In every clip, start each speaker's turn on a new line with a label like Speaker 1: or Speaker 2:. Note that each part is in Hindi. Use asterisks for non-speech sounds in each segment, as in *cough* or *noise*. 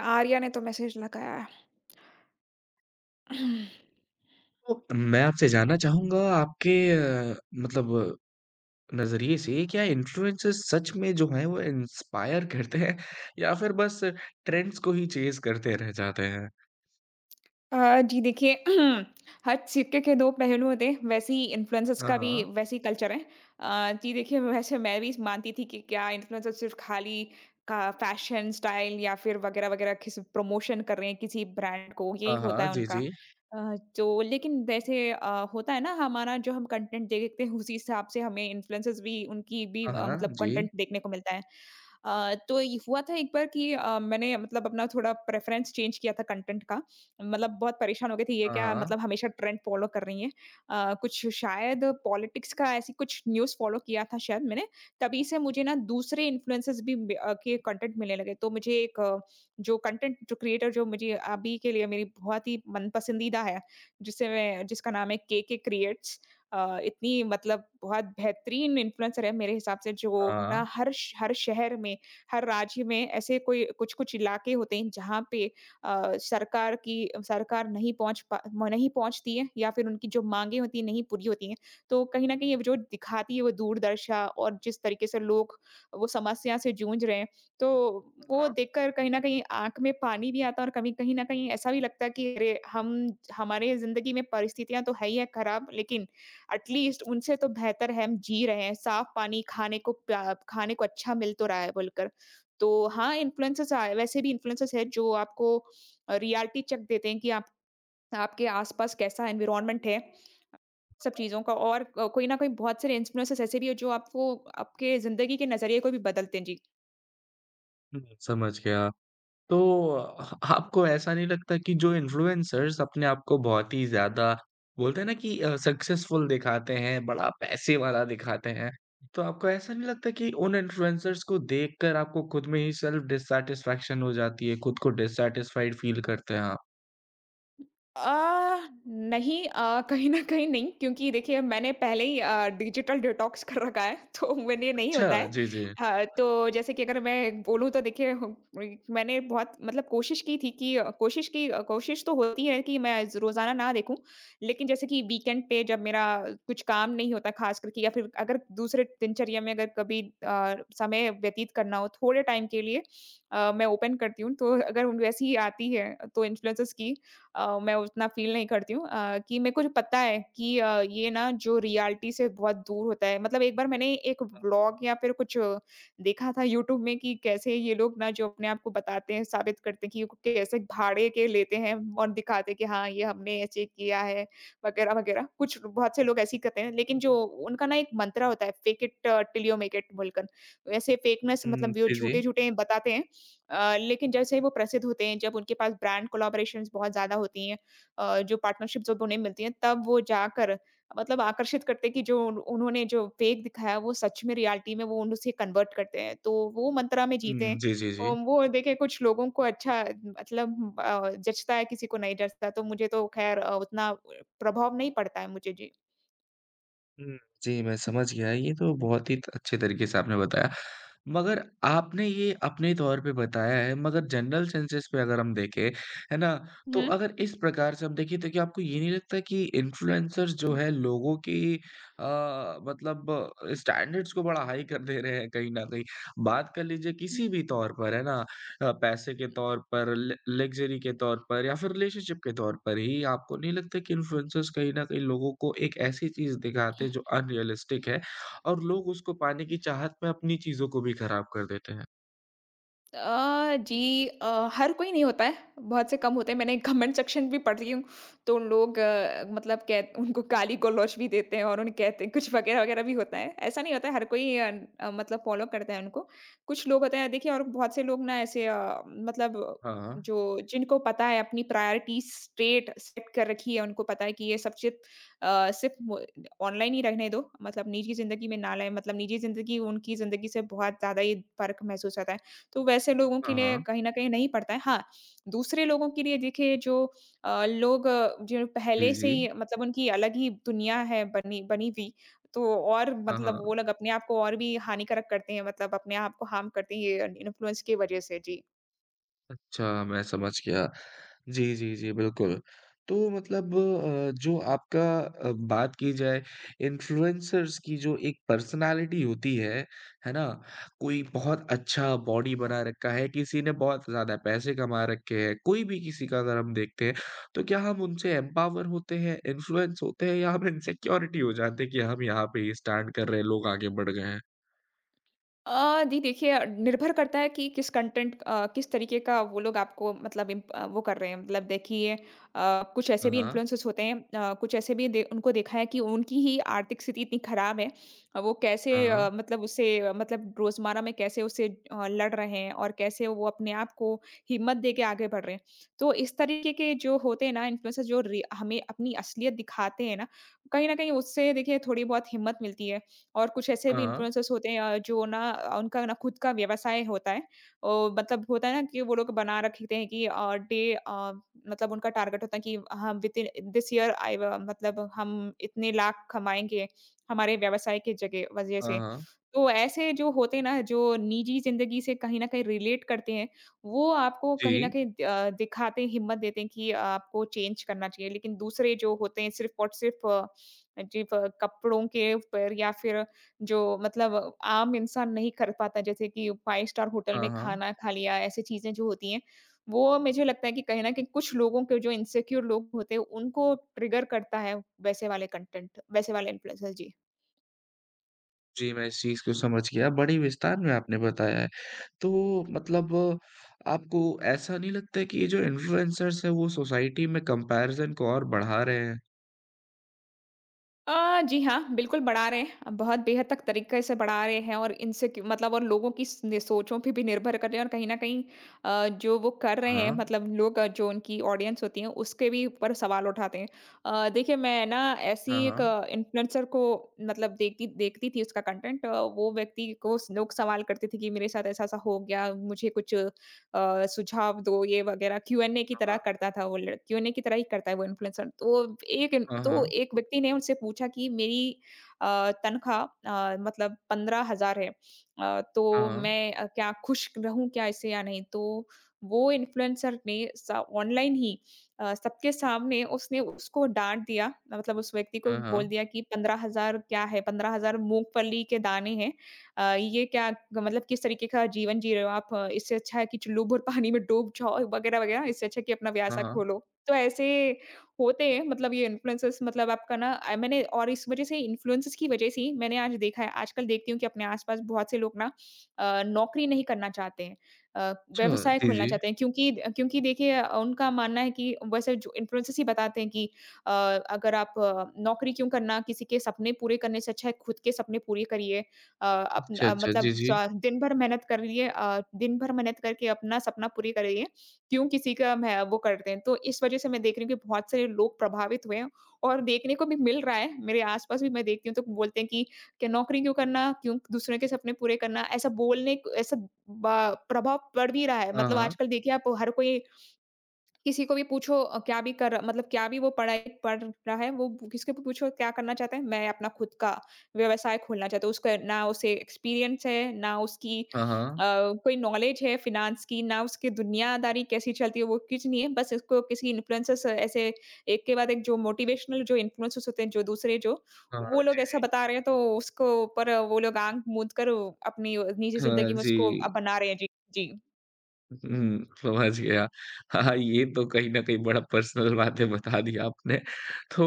Speaker 1: आर्या ने तो मैसेज लगाया है। *clears throat*
Speaker 2: तो मैं आपसे जानना चाहूँगा आपके मतलब नज़रिए से क्या इन्फ्लुएंसर्स सच में जो हैं वो इंस्पायर करते हैं या फिर बस ट्रेंड्स को ही चेज़ करते रह जाते हैं?
Speaker 1: जी देखिए। *clears throat* हर सिक्के के दो पहलू होते हैं, वैसे ही इन्फ्लुएंसर्स
Speaker 2: हाँ,
Speaker 1: का भी
Speaker 2: हाँ।
Speaker 1: वैसे ही कल्चर है। जी देखिए, वैसे मैं भी मानती थी कि क्या इन्फ्लुएंसर सिर्फ खाली का फैशन स्टाइल या फिर वगैरह वगैरह किसी प्रमोशन कर रहे हैं किसी ब्रांड को, यही
Speaker 2: हाँ,
Speaker 1: होता
Speaker 2: हाँ।
Speaker 1: है
Speaker 2: जी,
Speaker 1: उनका।
Speaker 2: जी।
Speaker 1: तो लेकिन जैसे होता है ना, हमारा जो हम कंटेंट देखते हैं उसी हिसाब से हमें इन्फ्लुएंसर्स भी, उनकी भी
Speaker 2: हाँ, हाँ।
Speaker 1: मतलब
Speaker 2: जी।
Speaker 1: कंटेंट देखने को मिलता है। तो ये हुआ था एक बार कि मैंने मतलब अपना थोड़ा प्रेफ़रेंस चेंज किया था कंटेंट का। मतलब बहुत परेशान हो गई थी, ये
Speaker 2: हाँ,
Speaker 1: क्या
Speaker 2: हाँ।
Speaker 1: मतलब हमेशा ट्रेंड फ़ॉलो कर रही हैं। कुछ शायद पॉलिटिक्स का, ऐसी कुछ न्यूज़ फ़ॉलो किया था शायद मैंने, तभी से मुझे ना दूसरे इन्फ्लुएंसर्स भी के कंटेंट मिलने लगे। तो मुझे एक जो कंटेंट, जो क्रिएटर जो मुझे अभी के लिए मेरी बहुत ही मन पसंदीदा है, जिसे मैं जिसका नाम है केके क्रिएट्स। इतनी मतलब बहुत बेहतरीन इन्फ्लुएंसर है मेरे हिसाब से, जो
Speaker 2: हाँ,
Speaker 1: ना हर शहर में, हर राज्य में ऐसे कोई कुछ-कुछ इलाके होते हैं जहाँ पे अ, सरकार की सरकार नहीं पहुँचती है या फिर उनकी जो माँगें होती हैं नहीं पूरी होती हैं। तो कहीं न कहीं ये जो दिखाती है वो दूरदर्शा, और जिस तरीके से लोग वो समस्या से जूझ रहे हैं, तो वो
Speaker 2: हाँ।
Speaker 1: देखकर कहीं न कहीं आँख में पानी भी आता है, और कभी कहीं न कहीं ऐसा भी लगता है कि अरे! हम हमारे ज़िंदगी में परिस्थितियाँ तो है ही है खराब, लेकिन एटलीस्ट उनसे तो बेहतर है हम जी रहे हैं, साफ़ पानी, खाने को अच्छा मिल तो रहा है बोलकर। तो हाँ, इन्फ्लुएंसर्स आए, वैसे भी इन्फ्लुएंसर्स हैं जो आपको रियलिटी चेक देते हैं कि आप आपके आस-पास कैसा एनवायरनमेंट है, सब चीज़ों का, और कोई न कोई बहुत सारे इन्फ्लुएंसर्स ऐसे भी हैं जो आपको आपके ज़िंदगी के नज़रिए को भी बदलते हैं। जी।
Speaker 2: हुँ, समझ गया। तो आपको ऐसा नहीं लगता कि जो इन्फ्लुएंसर्स अपने आप को बहुत ही ज़्यादा बोलते हैं ना कि सक्सेसफुल दिखाते हैं, बड़ा पैसे वाला दिखाते हैं, तो आपको ऐसा नहीं लगता कि उन इन्फ्लुएंसर्स को देखकर आपको खुद में ही सेल्फ डिससैटिस्फैक्शन हो जाती है, खुद को डिससैटिस्फाइड फील करते हैं आप?
Speaker 1: नहीं, कहीं न कहीं नहीं, क्योंकि देखिए मैंने पहले ही डिजिटल डिटॉक्स कर रखा है। *laughs* तो मेरे लिए नहीं
Speaker 2: अच्छा,
Speaker 1: होता है।
Speaker 2: जी, जी।
Speaker 1: हाँ, तो जैसे कि अगर मैं बोलूँ तो देखिए, हम वही, मैंने बहुत मतलब कोशिश की थी कि कोशिश तो होती है कि मैं ज़ रोज़ाना ना देखूँ। लेकिन जैसे कि वीकेंड पे जब मेरा कुछ काम नहीं होता ख़ासकर के, या फिर अगर दूसरे दिनचर्या में अगर कभी समय व्यतीत करना हो थोड़े टाइम के लिए, मैं ओपन करती हूँ। तो अगर उन वैसी ही आती है तो इन्फ्लुएंसर्स की, मैं उतना फ़ील नहीं करती हूँ, कि मेरे को जो पता है कि ये ना जो रियलिटी से बहुत दूर होता है, मतलब एक बार मैंने एक व्लॉग या फिर कुछ देखा था यूट्यूब में कि कैसे ये लोग ना जो अपने आप को बताते हैं, साबित करते हैं कि वो कैसे भाड़े के लेते हैं और दिखाते हैं कि हाँ, ये हमने ऐसे किया है वगैरह-वगैरह। कुछ बहुत से लोग ऐसे ही करते हैं, लेकिन जो उनका ना एक मंत्रा होता है, fake it till you make it बोलकर। वैसे फेकनेस
Speaker 2: हुँ,
Speaker 1: मतलब वो
Speaker 2: जी, जी।
Speaker 1: झूठे-झूठे बताते हैं। लेकिन जैसे ही वो प्रसिद्ध होते हैं, जब उनके पास ब्रांड कोलैबोरेशंस बहुत ज़्यादा होती हैं, जो पार्टनरशिप जब उन्हें मिलती हैं, तब वो जाकर मतलब आकर्षित करते हैं कि जो उन उन्होंने जो फेक दिखाया, वो सच में रियलिटी में वो उन उसे कन्वर्ट करते हैं। तो वो मंत्रा में जीते
Speaker 2: हुँ,
Speaker 1: हैं।
Speaker 2: जी, जी, जी।
Speaker 1: वो देखिए, कुछ लोगों को अच्छा मतलब जचता है, किसी को नहीं जचता, तो मुझे तो खैर उतना प्रभाव नहीं पड़ता है मुझे। जी।
Speaker 2: हुँ, जी, मैं समझ गया। ये तो बहुत ही त अच्छे तरीके से आपने बताया। मगर आपने ये अपने तौर पे बताया है, मगर जनरल सेंसेस पे अगर हम देखें, है ना? तो अगर इस प्रकार से हम देखें, तो क्या आपको ये नहीं लगता कि इन्फ्लुएंसर्स जो है, लोगों की अ, मतलब स्टैंडर्ड्स को बड़ा हाई कर दे रहे हैं कहीं न कहीं? बात कर लीजिए
Speaker 1: हुँ।
Speaker 2: किसी भी तौर पर, है ना? पैसे के तौर पर, ल लग्ज़री के तौर पर या फिर रिलेशनशिप के तौर पर ही आपको नहीं लगता कि इन्फ्लुएंसर्स कहीं न कहीं लोगों को एक ऐसी चीज़ दिखाते हैं जो अनरियलिस्टिक है और लोग उसको पाने की चाहत में अपनी चीज़ों को भी खराब कर देते हैं?
Speaker 1: जी, हर कोई नहीं होता है, बहुत से कम होते हैं, मैंने कमेंट सेक्शन भी पढ़ रही हूँ, तो उन लोग मतलब, कह उनको गाली-गलौच भी देते हैं और उन्हें कहते हैं कुछ वगैरह-वगैरह भी होता है, ऐसा नहीं होता है, हर कोई मतलब फ़ॉलो करता है उनको। कुछ लोग होते हैं देखिए, और बहुत से लोग ना ऐसे मतलब
Speaker 2: हाँ,
Speaker 1: जो, जिनको पता है अपनी प्रायोरिटी स्ट्रेट सेट कर रखी है, उनको पता है कि ये सब चीज़ अ, सिर्फ़ मो ऑनलाइन ही रहने दो, मतलब निजी ज़िंदगी में ना लाएँ, मतलब निजी ज़िंदगी उनकी ज़िंदगी से बहुत ज़्यादा ही फ़र्क महसूस होता है। तो वैसे लोगों
Speaker 2: हाँ,
Speaker 1: के लिए
Speaker 2: हाँ।
Speaker 1: कहीं न कहीं नहीं पड़ता है। हाँ, दूसरे लोगों के लिए देखिए जो जो
Speaker 2: जी,
Speaker 1: पहले से
Speaker 2: जी।
Speaker 1: ही मतलब उनकी अलग ही दुनिया है बनी बनी हुई, तो और
Speaker 2: हाँ,
Speaker 1: मतलब
Speaker 2: हाँ।
Speaker 1: वो लोग अपने आप को और भी हानिकारक करते हैं, मतलब अपने आप को हार्म करते हैं, ये इन्फ्लुएंस की वज़ह से। जी।
Speaker 2: अच्छा, मैं समझ गया। जी, जी, जी, बिल्कुल। तो मतलब जो आपका बात की जाए इन्फ्लुएंसर्स की जो एक पर्सनैलिटी होती है ना? कोई बहुत अच्छा बॉडी बना रखा है, किसी ने बहुत ज़्यादा पैसे कमा रखे हैं, कोई भी किसी का अगर हम देखते हैं, तो क्या हम उनसे एम्पावर होते हैं, इन्फ्लुएंस होते हैं या हम इनसिक्योरिटी हो जाते हैं कि हम यहाँ पे ही स्टैंड कर रहे हैं, लोग आगे बढ़ गए हैं?
Speaker 1: जी देखिए, निर्भर करता है कि किस कंटेंट, किस तरीके का वो लोग आपको मतलब वो कर रहे हैं, मतलब देखिए कुछ ऐसे
Speaker 2: हाँ,
Speaker 1: भी
Speaker 2: हाँ,
Speaker 1: इन्फ्लुएंसर्स होते हैं कुछ ऐसे भी दे उनको देखा है कि उनकी ही आर्थिक स्थिति इतनी खराब है, वो कैसे
Speaker 2: हाँ,
Speaker 1: मतलब उससे मतलब रोजमर्रा में कैसे उससे लड़ रहे हैं और कैसे वो अपने आप को हिम्मत दे के आगे बढ़ रहे हैं। तो इस तरीके के जो होते हैं ना इन्फ्लुएंसर, हमें अपनी असलियत दिखाते हैं ना, कहीं ना कहीं उससे देखिए थोड़ी बहुत हिम्मत मिलती है, और कुछ ऐसे भी
Speaker 2: हाँ,
Speaker 1: इन्फ्लुएंसर्स होते हैं उनका ना खुद का व्यवसाय होता है। ओ मतलब होता है ना कि वो लोग बना रखते हैं कि मतलब उनका टारगेट होता है कि हम विथिन दिस ईयर आई व मतलब हम इतने लाख कमाएँगे हमारे व्यवसाय के जगह वजह
Speaker 2: हाँ,
Speaker 1: से।
Speaker 2: हाँ।
Speaker 1: तो ऐसे जो होते हैं ना, जो निजी ज़िंदगी से कहीं न कहीं रिलेट करते हैं, वो आपको
Speaker 2: जी।
Speaker 1: कहीं न कहीं दिखाते हैं, हिम्मत देते हैं कि आपको चेंज करना चाहिए। लेकिन दूसरे जो होते हैं सिर्फ़ और सिर्फ़ अ, जी प कपड़ों के ऊपर, या फिर जो मतलब आम इंसान नहीं कर पाता, जैसे कि 5 स्टार होटल में
Speaker 2: हाँ, हाँ।
Speaker 1: खाना खा लिया, ऐसी चीज़ें जो होती हैं, वो मुझे लगता है कि कहीं न कहीं कुछ लोगों के, जो इनसिक्योर लोग होते हैं, उनको ट्रिगर करता है वैसे वाले कंटेंट, वैसे वाले इन्फ्लुएंसर्स। जी।
Speaker 2: जी, मैं इस चीज़ को समझ गया, बड़ी विस्तार में आपने बताया है। तो मतलब आपको ऐसा नहीं लगता है कि ये जो इन्फ्लुएंसर्स हैं, वो सोसाइटी में कंपैरिज़न को और बढ़ा रहे हैं?
Speaker 1: जी हाँ, बिल्कुल बढ़ा रहे हैं। बहुत बेहद तक तरीके से बढ़ा रहे हैं, और इनसे क्यू मतलब और लोगों की स ने सोचों पे भी निर्भर कर रहे हैं, और कहीं न कहीं जो वो कर रहे हैं
Speaker 2: हाँ।
Speaker 1: मतलब लोग, जो उनकी ऑडियंस होती है, उसके भी ऊपर सवाल उठाते हैं। देखिए मैं ना ऐसी
Speaker 2: हाँ,
Speaker 1: एक
Speaker 2: हाँ।
Speaker 1: इन्फ्लुएंसर को मतलब देखती देखती थी उसका कंटेंट। वो व्यक्ति को स लोग सवाल करते थे कि मेरे साथ ऐसा-ऐसा हो गया, मुझे कुछ सुझाव दो ये वगैरह, क्यूएनए की तरह करता था, वो लड़ क्यूएनए की तरह ही करता है वो इन्फ्लुएंसर। तो एक इन
Speaker 2: हाँ,
Speaker 1: तो
Speaker 2: हाँ।
Speaker 1: एक व्यक्ति ने उनसे पूछा कि मेरी तनख्वाह मतलब 15,000 है, तो
Speaker 2: हाँ, हाँ।
Speaker 1: मैं क्या खुश रहूँ क्या इससे या नहीं? तो वो इन्फ्लुएंसर ने स ऑनलाइन ही सबके सामने उसने उसको डाँट दिया, मतलब उस व्यक्ति को
Speaker 2: हाँ, हाँ। हाँ,
Speaker 1: बोल
Speaker 2: हाँ।
Speaker 1: दिया कि 15,000 क्या है? 15,000 मूँगफली के दाने हैं। ये क्या मतलब, किस तरीके का जीवन जी रहे हो आप? इससे अच्छा है कि लोभ और पानी में डूब जाओ वगैरह-वगैरह, इससे अच्छा है कि अपना
Speaker 2: हाँ,
Speaker 1: व्यवसाय
Speaker 2: हाँ।
Speaker 1: खोलो। तो ऐसे होते हैं मतलब ये इन्फ्लुएंसर्स, मतलब आपका ना मैंने, और इस वज़ह से इन्फ्लुएंसर्स की वज़ह से ही मैंने आज देखा है आजकल देखती हूँ कि अपने आस-पास बहुत से लोग ना नौकरी नहीं करना चाहते हैं।
Speaker 2: अच्छा,
Speaker 1: व्यवसाय
Speaker 2: जी,
Speaker 1: खोलना
Speaker 2: जी।
Speaker 1: चाहते हैं, क्योंकि क्योंकि देखिए उनका मानना है कि वैसे जो इन्फ्लुएंसर्स ही बताते हैं कि अगर आप नौकरी क्यों करना? किसी के सपने पूरे करने से अच्छा है खुद के सपने पूरे करिए।
Speaker 2: अच्छा, अच्छा। जी,
Speaker 1: मतलब
Speaker 2: जी।
Speaker 1: चा दिन भर मेहनत कर लिए अ, दिन भर मेहनत करके अपना सपना पूरी कर रही है, क्यों किसी का, मैं वो करते हैं। तो इस वज़ह से मैं देख रही हूँ कि बहुत सारे लोग प्रभावित हुए हैं, और देखने को भी मिल रहा है, मेरे आस-पास भी मैं देखती हूँ तो बोलते हैं कि क्या नौकरी क्यों करना? क्यों दूसरों के सपने पूरे करना? ऐसा बोलने क ऐसा बा प्रभाव पड़ भी रहा है।
Speaker 2: हाँ,
Speaker 1: मतलब
Speaker 2: हाँ।
Speaker 1: आजकल देखिए आप, हर कोई किसी को भी पूछो क्या भी कर मतलब क्या भी वो पढ़ाई पढ़ रहा है, वो किसको भी पूछो क्या करना चाहता है? मैं अपना खुद का व्यवसाय खोलना चाहता हूँ। उसका ना उसे एक्सपीरियंस है, ना उसकी
Speaker 2: हाँ, हाँ।
Speaker 1: अ, कोई नॉलेज है फ़िनांस की, ना उसकी दुनियादारी कैसी चलती है, वो कुछ नहीं है। बस इसको किसी इन्फ्लुएंसर्स ऐसे एक के बाद एक जो मोटिवेशनल जो इन्फ्लुएंसर्स होते हैं, जो दूसरे जो,
Speaker 2: हाँ, हाँ।
Speaker 1: वो लोग ऐसा बता रहे हैं तो उसको ऊपर वो लोग आँख मूंद कर अपनी निजी
Speaker 2: हाँ,
Speaker 1: ज़िंदगी में
Speaker 2: जी।
Speaker 1: उसको बना रहे हैं। जी, जी।
Speaker 2: हुँ, समझ गया। हाँ, ये तो कहीं न कहीं बड़ा पर्सनल बातें बता दी आपने। तो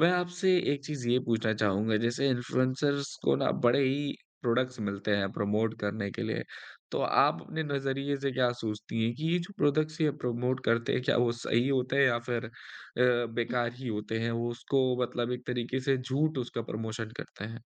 Speaker 2: मैं आपसे एक चीज़ ये पूछना चाहूँगा जैसे इन्फ्लुएंसर्स को ना बड़े ही प्रोडक्ट्स मिलते हैं प्रमोट करने के लिए। तो आप अपने नज़रिए से क्या सोचती हैं कि ये जो प्रोडक्ट्स ये प्रमोट करते हैं क्या वो सही होते हैं या फिर बेकार ही होते हैं? वो उसको मतलब एक तरीके से झूठ उसका प्रमोशन करते हैं।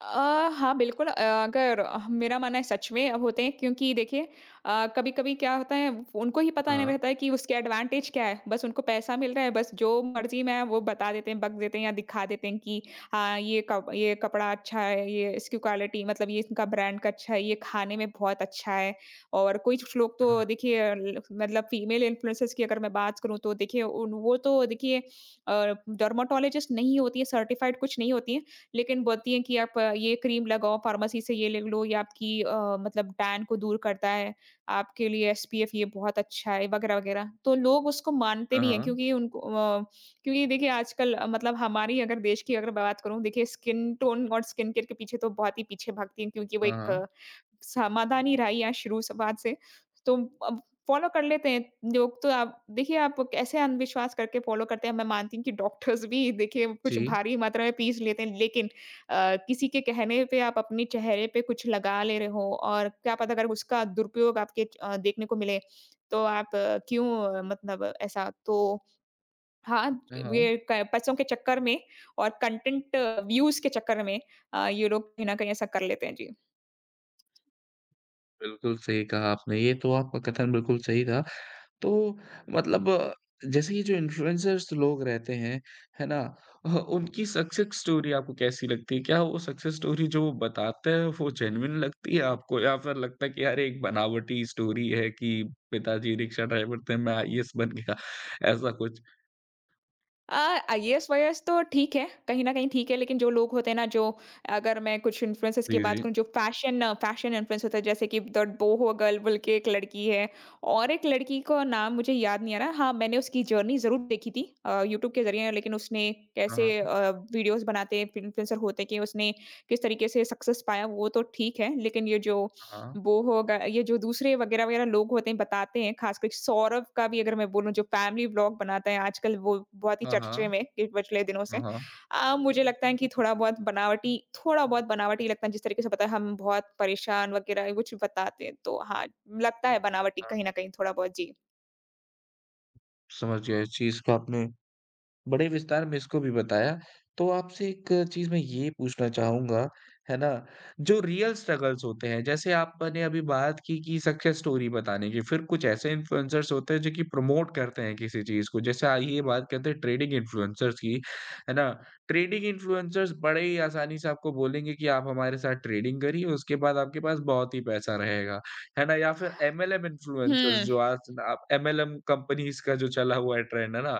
Speaker 1: हाँ, बिल्कुल अगर मेरा मानना है सच में अब होते हैं क्योंकि देखिए कभी-कभी क्या होता है उनको ही पता नहीं
Speaker 2: हाँ,
Speaker 1: रहता है कि उसके एडवांटेज क्या है। बस उनको पैसा मिल रहा है, बस जो मर्ज़ी में है वो बता देते हैं, बक देते हैं या दिखा देते हैं कि हाँ, ये कपड़ा अच्छा है, ये इसकी क्वालिटी मतलब ये इनका ब्रांड का अच्छा है, ये खाने में बहुत अच्छा है। और कुछ लोग
Speaker 2: हाँ,
Speaker 1: तो देखिए अ, ल मतलब फीमेल इन्फ्लुएंसर्स की अगर मैं बात करूँ तो देखिए उन वो तो देखिए डर्मेटोलॉजिस्ट नहीं होती है, सर्टिफाइड कुछ नहीं होती है। लेकिन बोलती हैं कि आप ये क्रीम लगाओ, फार्मेसी से ये ले लो, ये आपकी मतलब टैन को दूर करता है, आपके लिए एसपीएफ ये बहुत अच्छा है, वगैरह-वगैरह। तो लोग उसको मानते
Speaker 2: हाँ,
Speaker 1: भी हैं
Speaker 2: हाँ,
Speaker 1: क्योंकि देखिए आजकल मतलब हमारी अगर देश की अगर बात करूँ, देखिए स्किन टोन और स्किन केयर के पीछे तो बहुत ही पीछे भागती हैं क्योंकि वो
Speaker 2: हाँ,
Speaker 1: एक
Speaker 2: हाँ।
Speaker 1: समाधान ही रहा है यहाँ शुरू से बाद से। तो अ, फ़ॉलो कर लेते हैं लोग तो आप देखिए आप कैसे अंधविश्वास करके फ़ॉलो करते हैं, मैं मानती हूँ कि डॉक्टर्स भी देखिए कुछ
Speaker 2: जी,
Speaker 1: भारी मात्रा में पीस लेते हैं, लेकिन किसी के कहने पे आप अपने चेहरे पे कुछ लगा ले रहे हो और क्या पता अगर उसका दुरुपयोग आपके देखने को मिले, तो आप क्यों मतलब ऐसा तो हाँ,
Speaker 2: हाँ, हाँ।
Speaker 1: ये क पैसों के चक्कर में और कंटेंट व्यूज़ के चक्कर में ये लोग कहीं न कहीं ऐसा कर लेते हैं। जी।
Speaker 2: बिल्कुल सही कहा आपने। ये तो आपका कथन बिल्कुल सही था। तो मतलब जैसे ये जो इन्फ्लुएंसर्स लोग रहते हैं, है ना? ह उनकी सक्सेस स्टोरी आपको कैसी लगती है? क्या वो सक्सेस स्टोरी जो वो बताते हैं वो जेन्युइन लगती है आपको या फिर लगता है कि यार एक बनावटी स्टोरी है कि पिताजी रिक्शा ड्राइवर थे, मैं आईएएस बन गया ऐसा कुछ?
Speaker 1: अ, आईएएस-वाईएएस तो ठीक है, कहीं न कहीं ठीक है, लेकिन जो लोग होते हैं ना, जो अगर मैं कुछ इन्फ्लुएंसर्स की
Speaker 2: जी,
Speaker 1: बात
Speaker 2: जी।
Speaker 1: करूँ, जो फैशन फैशन इन्फ्लुएंस होता है, जैसे कि द बोहो गर्ल बोल के एक लड़की है और एक लड़की का नाम मुझे याद नहीं आ रहा। हाँ, मैंने उसकी जर्नी ज़रूर देखी थी यूट्यूब के ज़रिए, लेकिन उसने कैसे
Speaker 2: हाँ,
Speaker 1: वीडियोज़ बनाते हैं, इन्फ्लुएंसर होते हैं कि उसने किस तरीके से सक्सेस पाया, वो तो ठीक है, लेकिन ये जो
Speaker 2: हाँ।
Speaker 1: वो होगा ये जो दूसरे वगैरह-वगैरह लोग होते हैं, बताते हैं, ख़ासकर सौरभ का भी अगर मैं बोलूँ जो फैमिली व्लॉग बनाता है आजकल वो बहुत ही
Speaker 2: हाँ,
Speaker 1: चर्चे
Speaker 2: हाँ।
Speaker 1: में है कि पिछले दिनों
Speaker 2: हाँ,
Speaker 1: से।
Speaker 2: हाँ।
Speaker 1: मुझे लगता है कि थोड़ा बहुत बनावटी लगता है जिस तरीके से पता है हम बहुत परेशान वगैरह कुछ बताते हैं। तो हाँ, लगता है बनावटी
Speaker 2: हाँ,
Speaker 1: कहीं न कहीं थोड़ा बहुत जी।
Speaker 2: समझ गया इस चीज़ को आपने बड़े विस्तार में इसको भी बताया। तो आपसे एक चीज़ मैं ये पूछना चाहूँगा, है ना? जो रियल स्ट्रगल्स होते हैं, जैसे आपने अभी बात की कि सक्सेस स्टोरी बताने की, फिर कुछ ऐसे इन्फ्लुएंसर्स होते हैं जो कि प्रमोट करते हैं किसी चीज़ को। जैसे आइए बात करते हैं ट्रेडिंग इन्फ्लुएंसर्स की, है ना? ट्रेडिंग इन्फ्लुएंसर्स बड़े ही आसानी से आपको बोलेंगे कि आप हमारे साथ ट्रेडिंग करिए, उसके बाद आपके पास बहुत ही पैसा रहेगा, है ना? या फिर एमएलएम इन्फ्लुएंसर्स
Speaker 1: हुँ।
Speaker 2: जो आज आप एमएलएम कंपनीज़ का जो चला हुआ है ट्रेंड, है ना?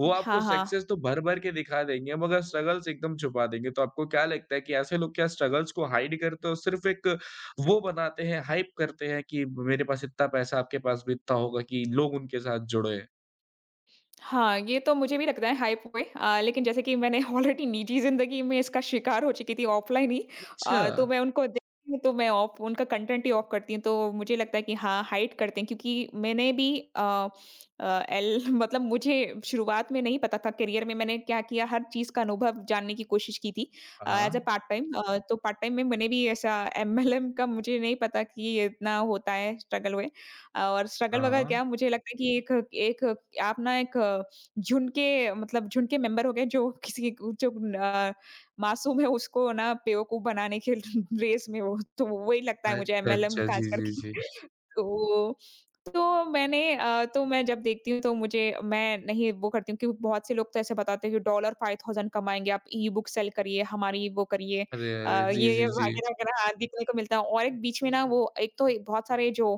Speaker 2: वो
Speaker 1: हाँ,
Speaker 2: आपको
Speaker 1: हाँ।
Speaker 2: सक्सेस तो भर-भर के दिखा देंगे मगर स्ट्रगल्स एकदम छुपा देंगे। तो आपको क्या लगता है कि ऐसे लोग क्या स्ट्रगल्स को हाइड करते हैं और सिर्फ़ एक वो बनाते हैं, हाइप करते हैं कि मेरे पास इतना पैसा आपके पास भी इतना होगा कि लोग उनके साथ जुड़े?
Speaker 1: हाँ, ये तो मुझे भी लगता है हाइप हुए लेकिन जैसे कि मैंने ऑलरेडी निजी ज़िंदगी में इसका शिकार हो चुकी थी ऑफ़लाइन ही
Speaker 2: अच्छा।
Speaker 1: तो मैं उनको देखती हूँ तो मैं ऑफ उनका कंटेंट ही ऑफ करती हूँ। तो मुझे लगता है कि हाँ, हाइड करते हैं क्योंकि मैंने भी अ अ, एल *laughs* मतलब मुझे शुरुआत में नहीं पता था करियर में मैंने क्या किया हर चीज़ का अनुभव जानने की कोशिश की थी
Speaker 2: हाँ,
Speaker 1: एज़ अ
Speaker 2: हाँ।
Speaker 1: पार्ट टाइम तो पार्ट टाइम में मैंने भी ऐसा एमएलएम का मुझे नहीं पता कि ये इतना होता है स्ट्रगल वे। और स्ट्रगल
Speaker 2: हाँ,
Speaker 1: वगैरह
Speaker 2: हाँ।
Speaker 1: क्या मुझे लगता है कि एक एक आप ना एक झुंड के मतलब झुंड के मेंबर हो गए जो *laughs* किसी जो अ, मासूम है उसको ना बेवकूफ बनाने के *laughs* रेस में हो, तो वही लगता है मुझे
Speaker 2: अच्छा,
Speaker 1: एमएलएम
Speaker 2: अच्छा।
Speaker 1: खास
Speaker 2: जी, जी,
Speaker 1: करके।
Speaker 2: जी।
Speaker 1: *laughs* तो तो मैं जब देखती हूँ तो मुझे मैं नहीं वो करती हूँ कि बहुत से लोग तो ऐसे बताते हैं कि डॉलर 5,000 कमाएँगे आप ई-बुक सेल करिए, हमारी वो करिए
Speaker 2: अरे, अरे! जी,
Speaker 1: ये
Speaker 2: जी, जी।
Speaker 1: वगैरह वगैरह हाँ, देखने को मिलता है और एक बीच में ना वो एक तो एक बहुत सारे जो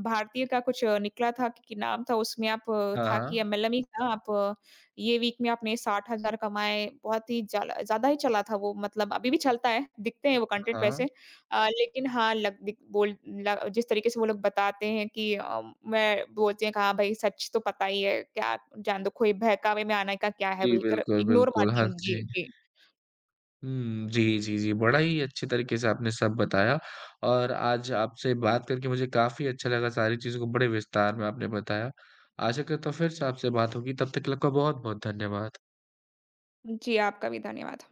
Speaker 1: भारतीय का कुछ निकला था कि नाम था उसमें आप
Speaker 2: हाँ,
Speaker 1: था कि
Speaker 2: हाँ।
Speaker 1: एमएलएम ही था आप ये वीक में आपने 60,000 कमाए, बहुत ही ज्याला ज़्यादा ही चला था वो मतलब अभी भी चलता है, दिखते हैं वो कंटेंट
Speaker 2: हाँ,
Speaker 1: वैसे।
Speaker 2: हाँ।
Speaker 1: लेकिन हाँ, लग दिक बोल ल जिस तरीके से वो लोग बताते हैं कि मैं बोलते हैं कि हाँ भाई सच तो पता ही है, क्या जान दो कोई बहकावे में आने का क्या है
Speaker 2: जी,
Speaker 1: बोलकर
Speaker 2: बिल्कुल,
Speaker 1: इग्नोर
Speaker 2: बिल्कुल।
Speaker 1: मारती
Speaker 2: हाँ
Speaker 1: हूँ। जी,
Speaker 2: जी।
Speaker 1: जी।
Speaker 2: हुँ, जी, जी, जी। बड़ा ही अच्छे तरीके से आपने सब बताया और आज आपसे बात करके मुझे काफ़ी अच्छा लगा, सारी चीज़ों को बड़े विस्तार में आपने बताया। आशा करता हूँ फिर से आपसे बात होगी, तब तक के लिए आपका बहुत-बहुत धन्यवाद।
Speaker 1: जी, आपका भी धन्यवाद।